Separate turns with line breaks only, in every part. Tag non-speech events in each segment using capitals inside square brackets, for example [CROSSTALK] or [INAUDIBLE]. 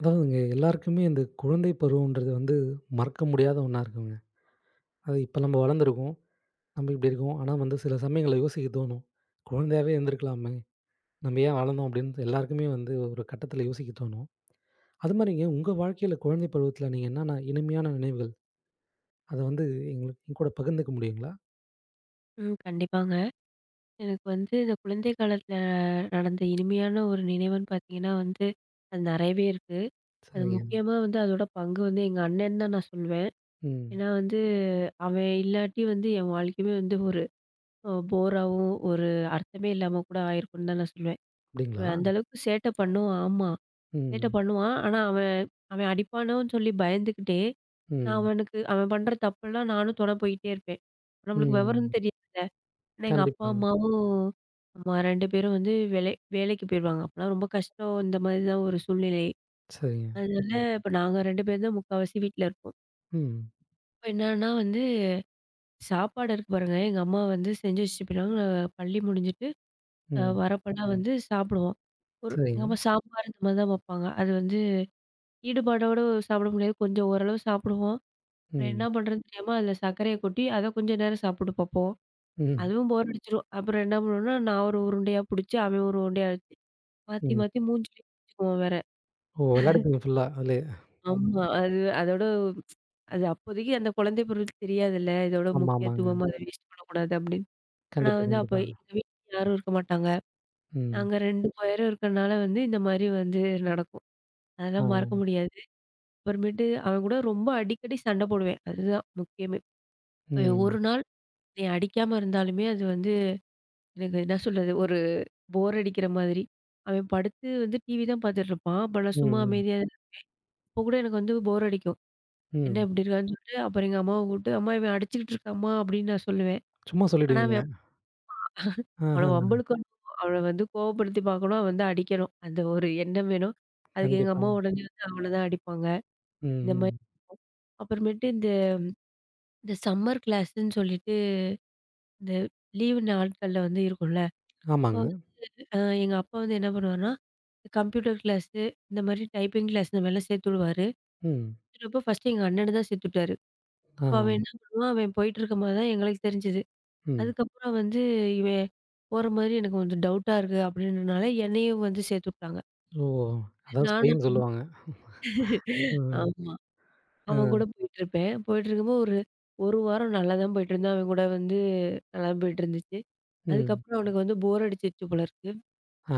அதாவதுங்க எல்லாருக்குமே இந்த குழந்தை பருவம்ன்றது வந்து மறக்க முடியாத ஒன்றா இருக்குங்க. அது இப்போ நம்ம வளர்ந்துருக்கோம். நம்ம இப்படி இருக்கோம். ஆனா வந்து சில சமயங்கள்ல யோசிக்க தோணும். குழந்தையாவே இருந்திருக்கலாமே! நம்ம ஏன் வளர்ந்தோம் அப்படின்னு எல்லாருக்குமே வந்து ஒரு கட்டத்தில யோசிக்க தோணும். அது மாதிரிங்க உங்க வாழ்க்கையில குழந்தை பருவத்தில நீங்க என்னென்ன இனிமையான நினைவுகள், அத வந்து எங்களுக்கு என்கூட பகிர்ந்துக்க முடியுங்களா?
ம். கண்டிப்பாங்க. எனக்கு வந்து இந்த குழந்தை காலத்தில நடந்த இனிமையான ஒரு நினைவுன்னு பார்த்தீங்கன்னா வந்து, அது நெறையவே இருக்கு. அது
சரிங்க.
முக்கியமா வந்து அதோட பங்கு வந்து எங்க அண்ணன்னு தான் நான் சொல்வேன்.
ம்.
ஏன்னா வந்து அவன் இல்லாட்டி வந்து என் வாழ்க்கையுமே வந்து ஒரு போராவும், ஒரு அர்த்தமே இல்லாம கூட ஆயிருக்கும்ன்னு தான் நான் சொல்லுவேன்.
அப்படிங்களா?
அவன் அந்த அளவுக்கு சேட்டை பண்ணுவான். ஆமா. சேட்டை
ம்.
பண்ணுவான். ஆனா அவன் அவன் அடிப்பானோன்னு சொல்லி பயந்துக்கிட்டே, நான்
ம்.
அவனுக்கு அவன் பண்ற தப்பெல்லாம் நானும் தொட போயிட்டே இருப்பேன். நம்மளுக்கு விவரம்
ம்.
தெரியாதுல. ஏன்னா எங்க அப்பா,
கண்டிப்பாங்க.
அம்மாவும் ஆமா 2 பேரும் வந்து வேலை வேலைக்கு போயிருவாங்க. அப்பலாம் ரொம்ப கஷ்டம். இந்த மாதிரி தான் ஒரு சூழ்நிலை.
சரிங்க.
அதனால ம். இப்ப நாங்க 2 பேர் தான் முக்காவாசி வீட்ல இருப்போம்.
ம்.
இப்ப என்னான்னா வந்து சாப்பாடு இருக்கு பாருங்க. எங்க அம்மா வந்து செஞ்சு வச்சுட்டு போயிருவாங்க. நான் பள்ளி முடிஞ்சுட்டு
ம்.
வரப்பலாம் ம். வந்து சாப்பிடுவோம். ஒரு எங்க
சரிங்க.
அம்மா சாம்பார் இந்த மாதிரி தான் வப்பாங்க. அது வந்து ஈடுபாடோட சாப்பிட முடியாது. கொஞ்சம் ஓரளவு சாப்பிடுவோம். அப்புறம் என்ன
ம்.
பண்றதுன்னு தெரியாம அதில சர்க்கரைய கொட்டி அத கொஞ்ச நேரம் சாப்பிட்டு பார்ப்போம்.
ம்.
அதுவும் போர் அடிச்சுரும். அப்புறம் என்ன பண்ணுவோம்னா, நான் ஒரு உருண்டையா புடிச்சு, அவன் ஒரு உருண்டையா மாத்தி,
ம்.
மாத்தி மூஞ்சிலயே தேச்சுக்குவோம் வேற.
ஓ! விளையாடிப்பீங்க ஃபுல்லா அதிலே.
ஆமா. ஆமா. அது அதோட அது அப்போதைக்கு அந்த குழந்தை பருவத்துக்கு தெரியாதுல்ல. இதோட
ஆமா, ஆமாங்க.
முக்கியத்துவம் அத ம். வேஸ்ட் பண்ணக்கூடாது அப்படின்னு. ஆனா
கண்டிப்பா,
வந்து அப்ப
கண்டிப்பா.
எங்க வீட்ல யாரும் இருக்க மாட்டாங்க.
ம்.
நாங்க 2 பேரும் இருக்கனால வந்து இந்த மாரி வந்து நடக்கும்.
ஆ.
அதெல்லாம் மறக்க முடியாது. அப்புறமேட்டு அவன் கூட ரொம்ப அடிக்கடி சண்டை போடுவேன். அதுதான் முக்கியமே.
ம்.
ஒரு நாள் நீ அடிக்காம இருந்தாலுமே அது வந்து எனக்கு என்ன சொல்றது, ஒரு போர் அடிக்கிற மாதிரி. அவன் படுத்து வந்து டிவி தான் பார்த்துட்டு இருப்பான். அப்ப நான் சும்மா
ம்.
அமைதியா அப்போ கூட எனக்கு வந்து போர் அடிக்கும். என்ன
ம்.
இப்படி இருக்கான்னு சொல்லிட்டு, அப்புறம் எங்க அம்மாவ கூப்பிட்டு, "அம்மா இவன் அடிச்சுக்கிட்டு இருக்காம்மா" அப்படின்னு நான் சொல்லுவேன்.
சும்மா
ஆனா
சொல்லிடுவீங்க.
அவன் அவள
ஆஹா.
வம்பிழுக்கணும், அவள வந்து கோவப்படுத்தி பார்க்கணும், அவன் வந்து அடிக்கணும். அந்த ஒரு எண்ணம் வேணும். அதுக்கு எங்க
கண்டிப்பா.
அம்மா உடனே வந்து அவன தான் அடிப்பாங்க.
ம்.
இந்த மாரி
ம்.
அப்புறமேட்டு இந்த இந்த சம்மர் கிளாஸ்ன்னு சொல்லிட்டு, இந்த லீவு நாட்கள்ல வந்து இருக்கும்ல. அப்போ
ஆமாங்க.
வந்து எங்க அப்பா வந்து என்ன பண்ணுவாருன்னா, கம்ப்யூட்டர் கிளாஸு, இந்த மாரி டைப்பிங் கிளாஸ் இந்த மாரிலாம் சேர்த்து விடுவாரு.
ம்.
சேர்த்துவிட்டப்போ ஃபர்ஸ்ட்டு எங்க அண்ணன தான் சேர்த்து விட்டாரு. அப்ப அவன்
ஆ.
என்ன பண்ணுவான், அவன் போயிட்டு இருக்கும்போது தான் எங்களுக்கு தெரிஞ்சது.
ம்.
அதுக்கப்புறம் வந்து இவன் போற மாரி எனக்கு கொஞ்சம் டவுட்டா இருக்கு அப்படின்றனால, என்னையும் வந்து சேர்த்து விட்டாங்க.
ஓ! அதான்
நானும்
ஸ்பைன்னு சொல்லுவாங்க. ம்.
ஆமா. அவன் கூட
ஆ.
போயிட்டுருப்பேன். போயிட்டுருக்கும்போது ஒரு 1 வாரம் நல்லா தான் போயிட்டுருந்தேன். அவன் கூட வந்து நல்லா போயிட்டுருந்துச்சு.
ம்.
அதுக்கப்புறம் அவனுக்கு வந்து போர் அடிச்சிருச்சு போல இருக்கு.
ஆ.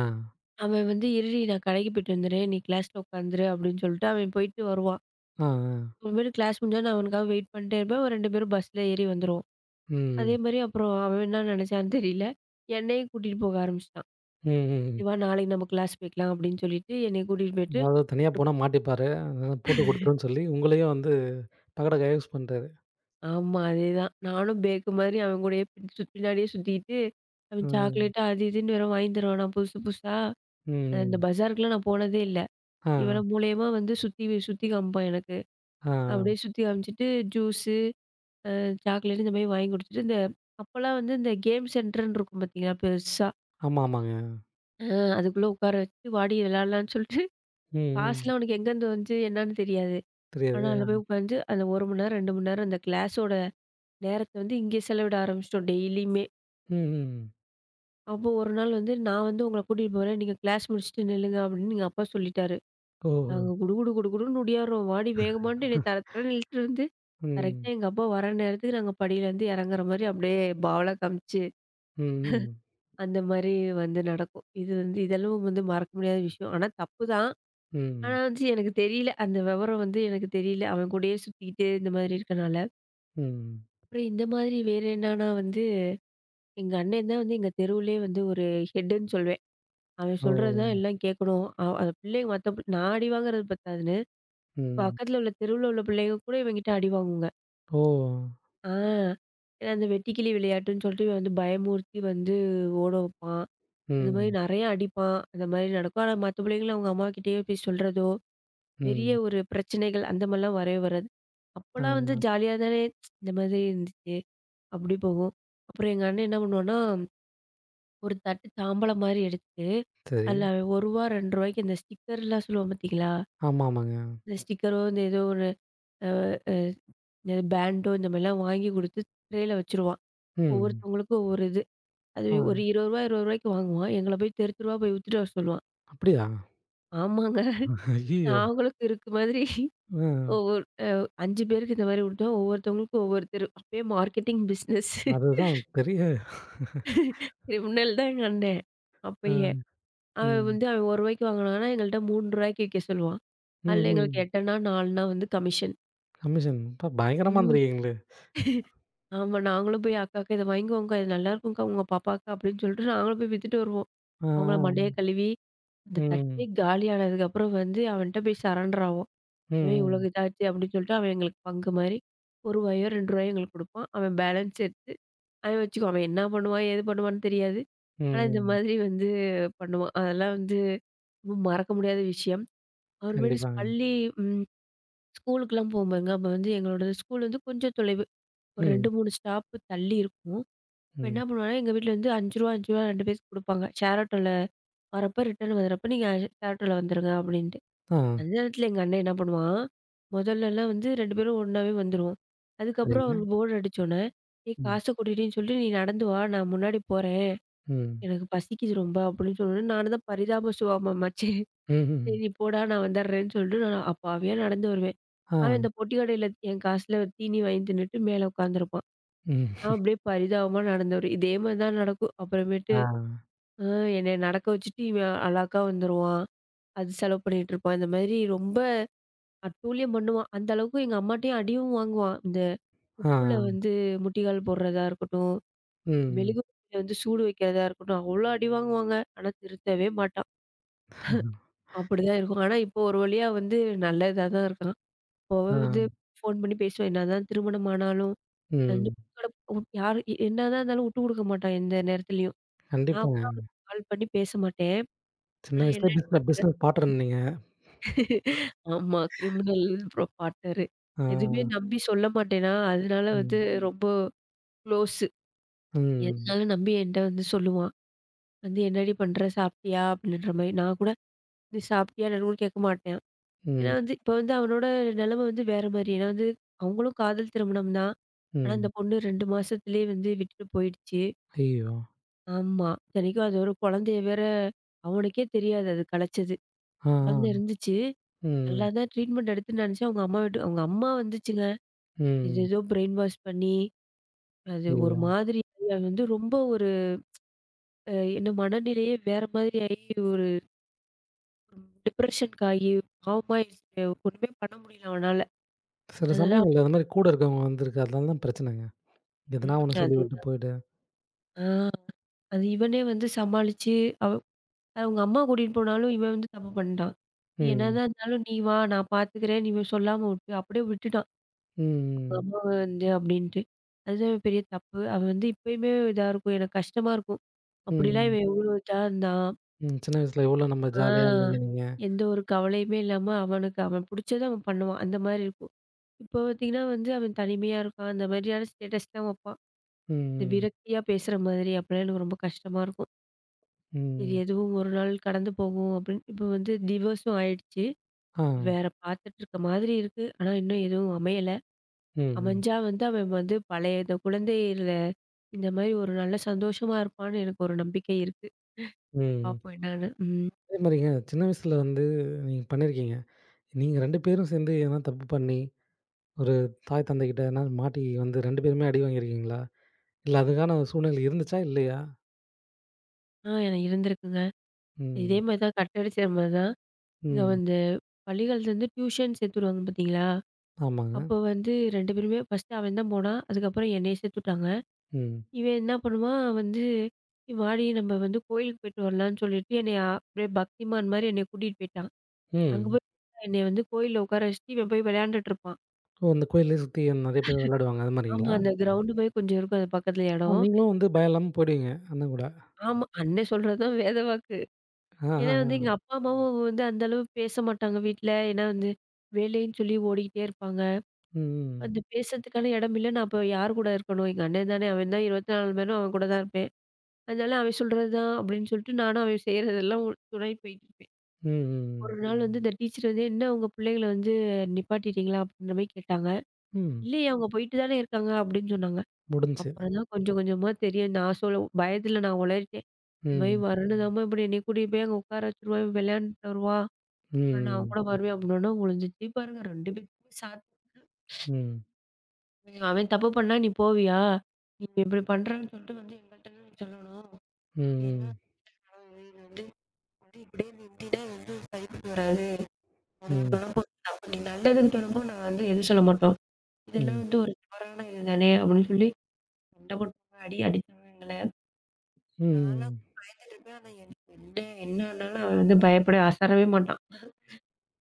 அவன் வந்து "இருடி நான் கடைக்கு போயிட்டு வந்துடுறேன். நீ கிளாஸ்ல உட்காந்துரு" அப்படின்னு சொல்லிட்டு அவன் போயிட்டு வருவான்.
ஆ. ஆ.
அப்புறமேட்டு கிளாஸ் முடிஞ்சா நான் அவனுக்காக வெயிட் பண்ணிட்டே இருப்பேன். அவன் 2 பேரும் பஸ்ல ஏறி வந்துருவோம். அதே
ம்.
மாரி அப்புறம் அவன் என்ன நினைச்சான்னு தெரியல, என்னையும் கூட்டிட்டு போக ஆரம்பிச்சுட்டான்.
ம்.
"வா
ம்.
நாளைக்கு நம்ம கிளாஸ் போய்க்கலாம்" அப்படின்னு சொல்லிட்டு என்னைய கூட்டிட்டு போயிட்டு
அதாவது தனியா
ஒரு-
போனா மாட்டிப்பாரு. அதனால போட்டு குடுத்துருன்னு சொல்லி உங்களையும் வந்து பகடைக்காயா யூஸ் பண்றாரு.
ஆமா அதேதான். நானும் பேக்கு மாதிரி அவன் கூடயே பின்னாடியே சுத்திக்கிட்டு, அவன்
ம்.
சாக்லேட்டு அது இதுன்னு வேற வாங்கி தருவானா புதுசு புதுசா. அந்த
ம்.
பஜாருக்குலாம் நான் போனதே இல்ல.
ஆ.
இவன் மூலியமா வந்து சுத்தி சுத்தி காமிப்பான் எனக்கு.
ஆ.
அப்படியே சுத்தி காமிச்சுட்டு ஜூஸு, அ சாக்லேட்டு இந்த மாதிரி வாங்கி குடுத்துட்டு, இந்த அப்போலாம் வந்து இந்த கேம் சென்டர்ன்னு இருக்கும் பார்த்தீங்களா பெருசா.
ஆமா, ஆமாங்க.
அ அதுக்குள்ள உட்கார வச்சு, "வாடி விளையாடலாம்ன்னு" சொல்லிட்டு,
ம். ம்.
காசுலாம் அவனுக்கு எங்கேருந்து வந்துச்சு என்னான்னு தெரியாது. ஆனா,
தெரியாது.
அதுல போய் உட்காந்து அந்த 1 மணி நேரம், 2 மணி நேரம் அந்த கிளாஸோட நேரத்த வந்து இங்கே செலவிட ஆரம்பிச்சுட்டோம் டெய்லியுமே.
ம். ம்.
அப்போ ஒரு நாள் வந்து நான் வந்து உங்கள கூட்டிட்டு போறேன். நீங்க கிளாஸ் முடிச்சுட்டு நில்லுங்க அப்படின்னு எங்க அப்பா சொல்லிட்டாரு.
ஓஹோ!
நாங்க குடுகுடு குடுகுடுன்னு ஓடியார்றோம். வாடி வேகமான்ட்டு என்னைய தர தரன்னு இழுத்துட்டு வந்து கரெக்ட்டா
ம்.
எங்க அப்பா வர நேரத்துக்கு நாங்க படியிலேருந்து இறங்குற மாரி அப்படியே பாவலா காமிச்சு, அந்த மாரி வந்து நடக்கும். இது வந்து இதெல்லாம் வந்து மறக்க முடியாத விஷயம். ஆனா தப்பு தான். ஆனா
うんうん。うん。ம்.
வந்து எனக்கு தெரியல. அந்த விவரம் வந்து எனக்கு தெரியல. அவன் கூடயே சுத்திக்கிட்டு இந்த மாதிரி இருக்கனால. அப்புறம் இந்த மாதிரி வேற என்னன்னா வந்து எங்க அண்ணன் தான் வந்து எங்க தெருவுலயே வந்து ஒரு ஹெட்டுன்னு சொல்வேன். அவன்
ஓ!
சொல்றது தான் எல்லாம் கேட்கணும். அந்த பிள்ளைங்க நான் அடி வாங்குறது பத்தாதுன்னு,
ம்.
பக்கத்துல உள்ள தெருவுல உள்ள பிள்ளைங்க கூட இவன்கிட்ட அடி வாங்குங்க.
ஓ!
ஆ ஏன்னா அந்த வெட்டிக்கிளி விளையாட்டுன்னு சொல்லிட்டு இவன் வந்து பயமுறுத்தி வந்து ஓட வைப்பான். அந்த மாரி
ம்.
நெறைய அடிப்பான். அந்த மாரி நடக்கும். ஆனா மத்த பிள்ளைங்கள அவங்க அம்மாகிட்டயே போய் சொல்றதோ, பெரிய
ம்.
ஒரு பிரச்சனைகள் அந்த மாரிலாம் வரவே வராது.
ஆ.
அப்பலாம் வந்து ஜாலியா தானே இந்த மாதிரி இருந்துச்சு. அப்படி போகும். அப்புறம் எங்க அண்ணன் என்ன பண்ணுவான்னா ஒரு தட்டு தாம்பலம் மாரி எடுத்து,
சரி.
அதுல ரூ. 1 ரூ. 2க்கு இந்த ஸ்டிக்கர்லாம் சொல்லுவோம் பார்த்தீங்களா?
ஆமாமாங்க.
இந்த ஸ்டிக்கரோ, இந்த ஏதோ ஒரு அ அ இந்த பேண்டோ இந்த மாரிலாம் வாங்கி குடுத்து ட்ரேல வச்சுருவான்.
ம்.
ஒவ்வொருத்தவங்களுக்கும் ஒவ்வொரு இது. அது ஒரு ரூ.
ஆ.
20 ரூ. 20க்கு வாங்குவான். எங்கள போய் தெரு தெருவா போய் வித்துட்டு வர சொல்லுவான்.
அப்படியா?
ஆமாங்க.
ஐயய்யோ!
நாங்களும் கிறுக்கு மாதிரி [LAUGHS]
ஆ.
ஒவ்வொரு அ 5 பேருக்கு இந்த மாரி குடுத்தோம். ஒவ்வொருத்தவங்களுக்கும் ஒவ்வொரு தெரு. அப்பயே மார்க்கெட்டிங் பிசினஸ்
அதுதான் பெரிய
கிரிமினல் தான் எங்க அண்ணன். [LAUGHS]
ஆ.
அப்பயே. அவன்
ம்.
வந்து அவன் ரூ. 1 வாங்குனான்னா, எங்கள்ட்ட ரூ. 3க்கு விக்க சொல்லுவான்.
ம்.
அதுல எங்களுக்கு
ம்.
8ன்னா, 4ன்னா வந்து கமிஷன்.
கமிஷன். அப்பா பயங்கரமா
ம்.
இருந்திருக்கீங்களே!
ஆமா, நாங்களும் போய் அக்காக்கு இத வாங்கிக்கோங்கக்கா, இது நல்லாருக்கும்க்கா உங்க பாப்பாக்கு அப்படின்னு சொல்லிட்டு நாங்களும் போய் வித்துட்டு வருவோம்.
ஆ,
அவங்கள மண்டைய
ஆ.
கழுவி, அந்த தட்டே
ம்.
காலியானதுக்கப்புறம் வந்து அவன்ட்ட போய் சரண்டர் ஆவோம்.
ம்.
அவன் இவ்வளோ
ம்.
இதாச்சு அப்படின்னு சொல்லிட்டு அவன் எங்களுக்கு பங்கு மாரி ரூ. 1யோ, ரூ. 2யோ எங்களுக்கு குடுப்பான். அவன் பேலன்ஸ் எடுத்து அவன் வச்சுக்குவான். அவன் என்ன பண்ணுவான், ஏது பண்ணுவான்னு தெரியாது.
ம்.
ஆனா இந்த
ம்.
மாதிரி வந்து பண்ணுவான். அதெல்லாம் வந்து ரொம்ப மறக்க முடியாத விஷயம். அப்புறமேட்டு
கண்டிப்பாங்க.
பள்ளி ம் ஸ்கூலுக்குலாம் போம்போதுங்க, அப்ப வந்து எங்களோட ஸ்கூல் வந்து கொஞ்சம் தொலைவு. ஒரு 2,
ம்.
3 ஸ்டாப்பு தள்ளி இருக்கும். அப்ப என்ன
ம்.
பண்ணுவாங்கன்னா, எங்க வீட்ல வந்து ரூ. 5 ரூ. 5 2 பேத்துக்கு குடுப்பாங்க. ஷேர் ஆட்டோல வரப்ப, ரிட்டர்ன் வரப்ப நீங்க ஷேர் ஆட்டோல வந்துருங்க அப்படின்ட்டு.
ஆ.
அந்த நேரத்துல எங்க அண்ணன் என்ன பண்ணுவான், முதல்லலாம் வந்து 2 பேரும் ஒண்ணாவே வந்துருவோம். அதுக்கப்புறம்
சரிங்க.
அவனுக்கு போர் அடிச்சோன்னே, "ஏய்
ம்.
காசை கொட்டிட்டேன்னு சொல்லிட்டு, நீ நடந்து வா. நான் முன்னாடி போறேன்.
ம்.
எனக்கு பசிக்குது ரொம்ப" அப்படின்னு சொன்னோனே, நானும் தான் பரிதாப சுபாவமாச்சே.
ம்ஹ்ம்.
சரி போடா நான் வந்துடுறேன்னு சொல்லிட்டு நான் அப்பாவியா நடந்து வருவேன்.
ஆ.
அவன் இந்த பொட்டி கடையில என் காசுல தீனி வாங்கி தின்னுட்டு மேல உட்காந்துருப்பான்.
ம்.
நான் அப்படியே பரிதாபமா நடந்து வருவேன். இதே மாதிரி தான் நடக்கும். அப்புறமேட்டு
ஆ.
அ என்னைய நடக்க வச்சுட்டு இவன் அழகா வந்துருவான். அது செலவு பண்ணிட்டு இருப்பான். இந்த மாதிரி ரொம்ப அட்டூழியம் பண்ணுவான். அந்த அளவுக்கு எங்க அம்மாட்டயும் அடியும் வாங்குவான். இந்த உப்புல
ஆ.
வந்து முட்டிக்கால் போடுறதா இருக்கட்டும்,
ம்.
மெழுகு வர்த்தியில வந்து சூடு வைக்கிறதா இருக்கட்டும், அவ்வளோ அடி வாங்குவாங்க. ஆனா திருந்தவே மாட்டான். அப்படிதான் இருக்கும். ஆனா இப்போ ஒரு வழியா வந்து நல்ல இதா தான் இருக்கான். அவ
ஆ.
வந்து ஃபோன் பண்ணி பேசுவேன். என்னதான் திருமணம் ஆனாலும், வந்து
ம்.
என்னதான் இருந்தாலும் உட்டு குடுக்க மாட்டான் எந்த நேரத்துலயும். நான்
கண்டிப்பாங்க.
கூட அவனுக்கு கால் பண்ணி பேச மாட்டேன்.
சின்ன
ஆனா
வயசுலயே
என்னடி
பிஸ்ன
பண்ற?
பிஸ்னஸ் பார்ட்னர் நீங்க.
[LAUGHS] ஆமா. கிரிமினல் அப்புறம் பார்ட்னரு.
ஆ.
எதுவுமே நம்பி சொல்ல மாட்டேனா, அதனால வந்து
ம்.
ரொம்ப குளோஸு.
ம்.
எதுனாலும் நம்பி என்ட்ட வந்து சொல்லுவான். வந்து என்னடி பண்ற? சாப்பிட்டியா? அப்படின்ற மாரி. நான் கூட நீ சாப்பிட்டியா? என்னன்னு கூட கேட்க மாட்டேன். ஏன்னா
ம்.
வந்து இப்ப வந்து அவனோட நிலைமை வந்து வேற மாரி. ஏன்னா வந்து அவங்களும் காதல் திருமணம் தான். ஆனா, அந்த
ம்.
பொண்ணு 2 மாசத்துலயே வந்து விட்டுட்டு போயிடுச்சு.
ஐயய்யோ!
ஆமா. இத்தனைக்கும் அது ஒரு குழந்தைய வேற அவனுக்கே தெரியாது அது கலைச்சது.
ஆ, ஆ.
குழந்தை இருந்துச்சு. நல்லா
ம்.
தான் ட்ரீட்மெண்ட் எடுத்துன்னு நினச்சேன். அவங்க அம்மா வந்துச்சுங்க.
ம்.
ஏதேதோ பிரெயின் வாஷ் பண்ணி, அது ஒரு
ஐயய்யோ!
மாதிரி ஆகி, அது வந்து ரொம்ப ஒரு அ என்ன மனநிலையே வேற மாதிரி ஆயி, ஒரு டிப்ரஷனுக்கு ஆகி பாவமாயிடுச்சு. ஒண்ணுமே பண்ண முடியல அவனால.
சில
அதனால
சமயங்கள்ல அந்த மாரி கூட இருக்கவங்க வந்துருக்கு. அதனால தான் பிரச்சனைங்க.
ம்
எதனா ஒண்ணு சொல்லிவிட்டு
அதேதான்.
போயிட்டு.
ஆ அது இவனே வந்து சமாளிச்சு அவ அவங்க அம்மா கூட்டிட்டு போனாலும் இவன் வந்து தப்பு பண்ணிட்டான். "நீ
ம்.
என்னதான் இருந்தாலும் நீ வா நான் பார்த்துக்கிறேன். நீ சொல்லாம விட்டு அப்படியே விட்டுட்டான். அவங்க
ம்.
அம்மாவ வந்து அப்படின்ட்டு. அதுதான் பெரிய தப்பு. அவன் வந்து இப்பயுமே இதா இருக்கும். எனக்கு கஷ்டமா இருக்கும். அப்படிலாம்
ம்.
இவன் எவ்வளோ இதா இருந்தான்.
ம். சின்ன வயசுல எவ்வளோ நம்ம ஜாலியா இருந்தீங்க
ஆ.
நீங்க.
எந்த ஒரு கவலையுமே இல்லாம அவனுக்கு அவன் புடிச்சத அவன் பண்ணுவான். அந்த மாரி இருக்கும். இப்போ பார்த்தீங்கன்னா வந்து அவன் தனிமையா இருக்கான். அந்த மாதிரியான ஸ்டேட்டஸ்லாம் வைப்பான். இந்த
ம்.
விரக்தியா பேசுற மாதிரி அப்பலாம் எனக்கு ரொம்ப கஷ்டமா இருக்கும். சரி
ம்.
எதுவும் ஒரு நாள் கடந்து போகும் அப்படின்னு இப்போ வந்து டிவோர்ஸும் ஆயிடுச்சு.
ஆ.
வேற பார்த்துட்டுருக்க மாதிரி இருக்கு. ஆனா, இன்னும் எதுவும் அமையல.
ம். ம்.
அமைஞ்சா வந்து அவன் வந்து பழைய இந்த குழந்தையில இந்த மாரி ஒரு நல்ல சந்தோஷமா இருப்பான்னு எனக்கு ஒரு நம்பிக்கை இருக்கு.
ம்.
பார்ப்போம் என்னான்னு. ம்.
அதே மாரிங்க சின்ன வயசுல வந்து நீங்க பண்ணியிருக்கீங்க. நீங்க 2 பேரும் சேர்ந்து எதனா தப்பு பண்ணி ஒரு தாய் தந்தைகிட்ட எதனா மாட்டி வந்து 2 பேருமே அடி வாங்கியிருக்கீங்களா? இல்ல, அதுக்கான சூழ்நிலை இருந்துச்சா? இல்லையா?
ஆ எனக்கு இருந்திருக்குங்க. இதே
ம்.
மாரி தான் கட் அடிச்ச மாரி தான். இங்க
ம்.
வந்து பள்ளிகள்லேருந்து டியூஷன் சேர்த்து விடுவாங்க பார்த்தீங்களா?
ஆமாங்க.
அப்போ வந்து 2 பேருமே ஃபர்ஸ்ட்டு அவன் தான் போனான். அதுக்கப்புறம் என்னைய சேர்த்து விட்டாங்க.
ம்.
இவன் என்ன பண்ணுவான் வந்து, "வாடி நம்ம வந்து கோயிலுக்கு போயிட்டு வரலான்னு" சொல்லிட்டு என்னைய அப்படியே பக்திமான் மாரி என்னைய கூட்டிட்டு போயிட்டான். அங்க
ம்.
போய் என்னைய வந்து கோயில்ல உட்கார வச்சுட்டு, இவன் போய் விளையாண்டுட்டு இருப்பான்.
ஓ! அந்த கோயிலே சுத்தி நெறைய பேர் விளையாடுவாங்க. அது
ஆமா,
மாரிங்களா?
அந்த ம். கிரவுண்டு மாரி கொஞ்சம் இருக்கும். அது பக்கத்துல
ஆ,
எடம்.
நீங்களும் வந்து பயம் இல்லாம போயிடுவீங்க, அண்ணன் கூட.
ஆமா, அண்ணன் சொல்றது தான் வேத வாக்கு.
ஆ, ஆ, ஆ.
ஏன்னா வந்து எங்க அப்பா, அம்மாவும் வந்து அந்த அளவு பேச மாட்டாங்க வீட்ல. ஏன்னா வந்து வேலைன்னு சொல்லி ஓடிக்கிட்டே இருப்பாங்க.
ம், ம்.
அந்த பேசுறதுக்கான இடம் இல்ல. நான் அப்ப யார் கூட இருக்கணும்? எங்க அண்ணன் தானே. அவன் தான் 24 மணி நேரம் அவன் கூட தான் இருப்பேன். அதனால அவன் சொல்றது தான் அப்படின்னு சொல்லிட்டு, நானும் அவன் செய்றதெல்லாம் துணை போயிட்டு இருப்பேன்.
ம்,
ஒரு
ம்.
நாள் வந்து இந்த டீச்சர் வந்து, "என்ன உங்க பிள்ளைங்கள வந்து நிப்பாட்டிட்டீங்களா?" அப்படின்ற மாரி கேட்டாங்க.
ம்.
"இல்லையே அவங்க போயிட்டு தானே இருக்காங்க" அப்படின்னு சொன்னாங்க.
முடிஞ்சுச்சு.
அப்புறம் தான் கொஞ்சம் கொஞ்சமா தெரியும். நான் சொல்ல பயத்துல நான் உளறிட்டேன். இந்த மாரி
ம்.
ம். வருணுதாம்மா இப்படி என்னைய கூட்டிட்டு போய் அங்க உட்கார வச்சுருவா, இவ விளையாண்டுட்டு வருவா. அப்புறம் நான் அவன்
ம்.
கூட வருவேன் அப்படின்னோன ஒளிஞ்சிச்சு பாருங்க 2 பேத்துக்குமே சாத்து.
ம்.
அவன் தப்பு பண்ணா நீ போவியா? நீ இப்படி பண்றன்னு சொல்லிட்டு வந்து எங்கள்ட்ட நீ சொல்லணும். நீ என்ன
ம்.
இது வந்து வந்து இப்படியே நின்னுட்டீனா வந்து சரிப்பட்டு வராது. உனக்கு
ம்.
தொடர்பு அப்ப நீ நல்லதுக்கு தொடர்பு நான் வந்து எதுவும் சொல்ல மாட்டோம். இதெல்லாம்
ம்.
வந்து ஒரு தவறான இது தானே அப்படின்னு சொல்லி சண்டை போட்டாங்க, அடி அடிச்சாங்க எங்கள. நான்லாம்
ம்.
பயந்துட்டு இருப்பேன். ஆனா என்ன என்ன ஆனாலும் அவன் வந்து பயப்பட அசரவே மாட்டான்.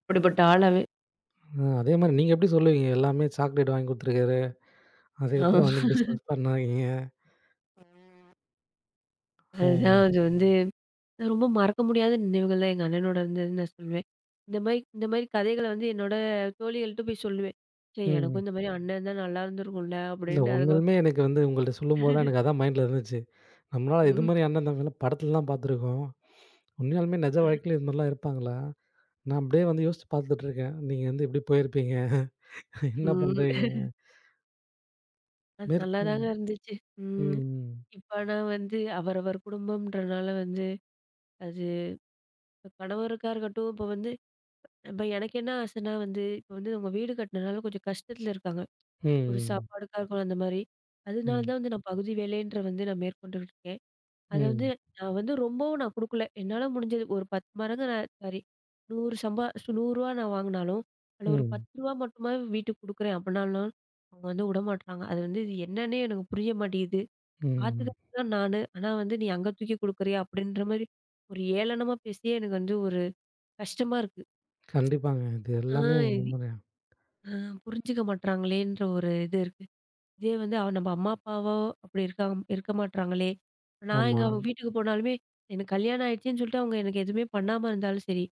அப்படிப்பட்ட ஆள் அவன்.
ஆ அதே மாரி நீங்க எப்படி சொல்லுவீங்க? எல்லாமே சாக்லேட் வாங்கி குடுத்துருக்காரு.
ஆமா.
அதுக்கப்புறம் வந்து பிஸ்னஸ் பண்ணாதீங்க. ஆ.
அதுதான் அது வந்து ரொம்ப மறக்க முடியாத நினைவுகள் தான் எங்க அண்ணனோட இருந்ததுன்னு நான் சொல்லுவேன். இந்த மாரி இந்த மாரி கதைகள வந்து என்னோட தோழிகள்ட்ட போய் சொல்லுவேன். "சே
ம்.
எனக்கும் இந்த மாரி அண்ணன் இருந்தா நல்லா இருந்திருக்கும்ல"
இல்ல
அப்படின்னு அதுங்க
உண்மையாலுமே எனக்கு வந்து உங்கள்ட்ட சொல்லும்போது தான் எனக்கு அதான் மைண்ட்ல இருந்துச்சு. நம்மளால இது
ம்.
மாரி அண்ணன் தம்பிலாம் படத்துலலாம் பார்த்துருக்கோம். உண்மையாலுமே நிஜ
[LAUGHS]
வாழ்க்கையில இது மாரிலாம் இருப்பாங்களா? நான் அப்படியே வந்து யோசிச்சு பார்த்துட்டு இருக்கேன். நீங்க வந்து எப்படி போயிருப்பீங்க? [LAUGHS] என்ன
ம்.
பண்றீங்க?
அது
மேற்கொண்டு
நல்லாதாங்க இருந்துச்சு. ம்.
ம்,
இப்ப ஆனா வந்து அவரவர் குடும்பம்ன்றனால வந்து அது இப்ப கணவருக்கா இருக்கட்டும், இப்ப வந்து இப்ப எனக்கு என்ன ஆசைன்னா வந்து, இப்ப வந்து அவங்க வீடு கட்டுனனால கொஞ்சம் கஷ்டத்துல இருக்காங்க. ஒரு
ம்,
சாப்பாடுக்கா இருக்கணும் அந்த மாரி. அதனால
ம்,
தான் வந்து நான் பகுதி வேலைன்ற வந்து நான் மேற்கொண்டுகிட்டு இருக்கேன். அத வந்து
ம்,
நான் வந்து ரொம்பவும் நான் குடுக்கல. என்னால முடிஞ்சது ஒரு 10 மடங்கு நான் சாரி 100 சம்பா ரூ. 100 நான் வாங்குனாலும், அதுல ஒரு ரூ.
ம்,
10 மட்டுமாவது வீட்டுக்கு குடுக்குறேன் அப்படின்னாலும், அவங்க வந்து விடமாட்றாங்க. அது வந்து இது என்னன்னே எனக்கு புரிய மாட்டேங்குது.
ம்.
பாத்துக்கிறது தான் நானு. ஆனா வந்து நீ அங்க தூக்கி குடுக்குறியா? அப்படின்ற மாரி ஒரு ஏளனமா பேசியே எனக்கு வந்து ஒரு கஷ்டமா இருக்கு.
கண்டிப்பாங்க. இது
ஆ.
எல்லாமே உண்மதான்.
அ புரிஞ்சுக்க மாட்றாங்களேன்ற ஒரு இது இருக்கு. இதே வந்து அவ நம்ம அம்மா, அப்பாவோ அப்படி இருக்க மாட்றாங்களே! நான்
ஆமா.
எங்க அவங்க வீட்டுக்கு போனாலுமே, எனக்கு கல்யாணம் ஆயிடுச்சுன்னு சொல்லிட்டு அவங்க எனக்கு எதுவுமே பண்ணாம இருந்தாலும் சரி,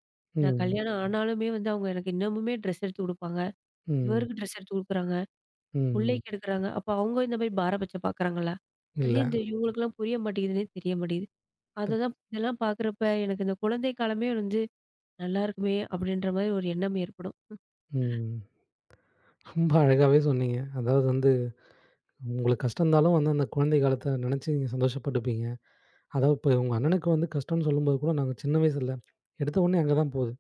நான்
ம்,
கல்யாணம் ஆனாலுமே வந்து அவங்க எனக்கு இன்னமுமே ட்ரெஸ் எடுத்து குடுப்பாங்க.
ம்,
இவருக்கு ட்ரெஸ் எடுத்து குடுக்குறாங்க.
ம்.
புள்ளைக்கு எடுக்குறாங்க. அப்போ அவங்க இந்த மாரி பாரபட்சம் பார்க்குறாங்களா? அதே
இல்ல.
இந்த இவங்களுக்கெல்லாம் புரிய மாட்டேங்குதுன்னே தெரிய மாட்டேங்குது.
தப்
அததான் இதெல்லாம் பார்க்குறப்ப எனக்கு இந்த குழந்தை காலமே வந்து, "நல்லா இருக்குமே!" அப்படின்ற மாரி ஒரு எண்ணம் ஏற்படும்.
ம். ரொம்ப அழகாவே சொன்னீங்க. அதாவது வந்து உங்களுக்கு கஷ்டம் இருந்தாலும் வந்து அந்த குழந்தை காலத்த நினைச்சு நீங்க சந்தோஷப்பட்டுப்பீங்க. அதாவது இப்ப உங்க அண்ணனுக்கு வந்து கஷ்டம்ன்னு சொல்லும்போது கூட, நாங்க சின்ன வயசுல, எடுத்த உடனே அங்க தான் போகுது.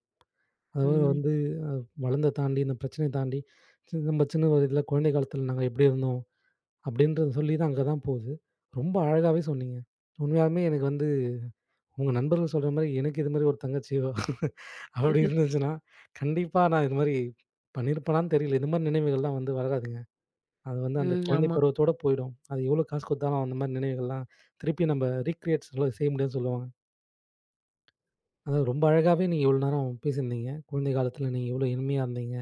அதாவது
ம்.
வந்து வளர்ந்த தாண்டி, இந்த பிரச்சனைய தாண்டி, நம்ம சின்ன வயதில குழந்தை காலத்தில நாங்க எப்படி இருந்தோம்? அப்படின்றத சொல்லி தான் அங்க தான் போகுது. ரொம்ப அழகாவே சொன்னீங்க. உண்மையாலுமே எனக்கு வந்து உங்க நண்பர்கள் சொல்ற மாரி, எனக்கு இது மாரி ஒரு தங்கச்சியோ, [LAUGHS] அப்படி இருந்துச்சுன்னா, கண்டிப்பா நான் இது மாரி பண்ணியிருப்பேனான்னு தெரியல. இந்த மாரி நினைவுகள்லாம் வந்து வராதுங்க. அது வந்து அந்த
ம்.
குழந்தை
ஆமா.
பருவத்தோட போயிடும். அது எவ்வளோ காசு குடுத்தாலும் அந்த மாரி நினைவுகள்லாம் திருப்பி நம்ம ரீக்ரியேட் சொல்ல செய்ய முடியாதுன்னு சொல்லுவாங்க. அதாவது ரொம்ப அழகாவே நீங்க இவ்வளோ நேரம் பேசியிருந்தீங்க. குழந்தை காலத்தில நீங்க எவ்வளோ இனிமையா இருந்தீங்க.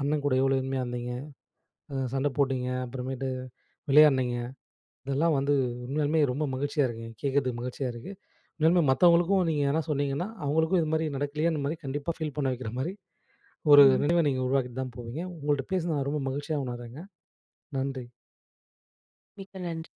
அண்ணன் கூட எவ்வளோ இனிமையா இருந்தீங்க. சண்டை போட்டீங்க. அப்புறமேட்டு விளையாடுனீங்க. இதெல்லாம் வந்து உண்மையாலுமே ரொம்ப மகிழ்ச்சியா இருக்குங்க. கேட்கறதுக்கு மகிழ்ச்சியா இருக்கு. உண்மையாலுமே மத்தவங்களுக்கும் நீங்க எதனா சொன்னீங்கன்னா, அவங்களுக்கும் இது மாரி நடக்கலையேன்னு மாரி கண்டிப்பா ஃபீல் பண்ண வைக்கிற மாரி ஒரு நினைவ நீங்க உருவாக்கிட்டு தான் போவீங்க. உங்கள்ட்ட பேசினது நான் ரொம்ப மகிழ்ச்சியா உணர்றேங்க. நன்றி.
மிக்க நன்றி.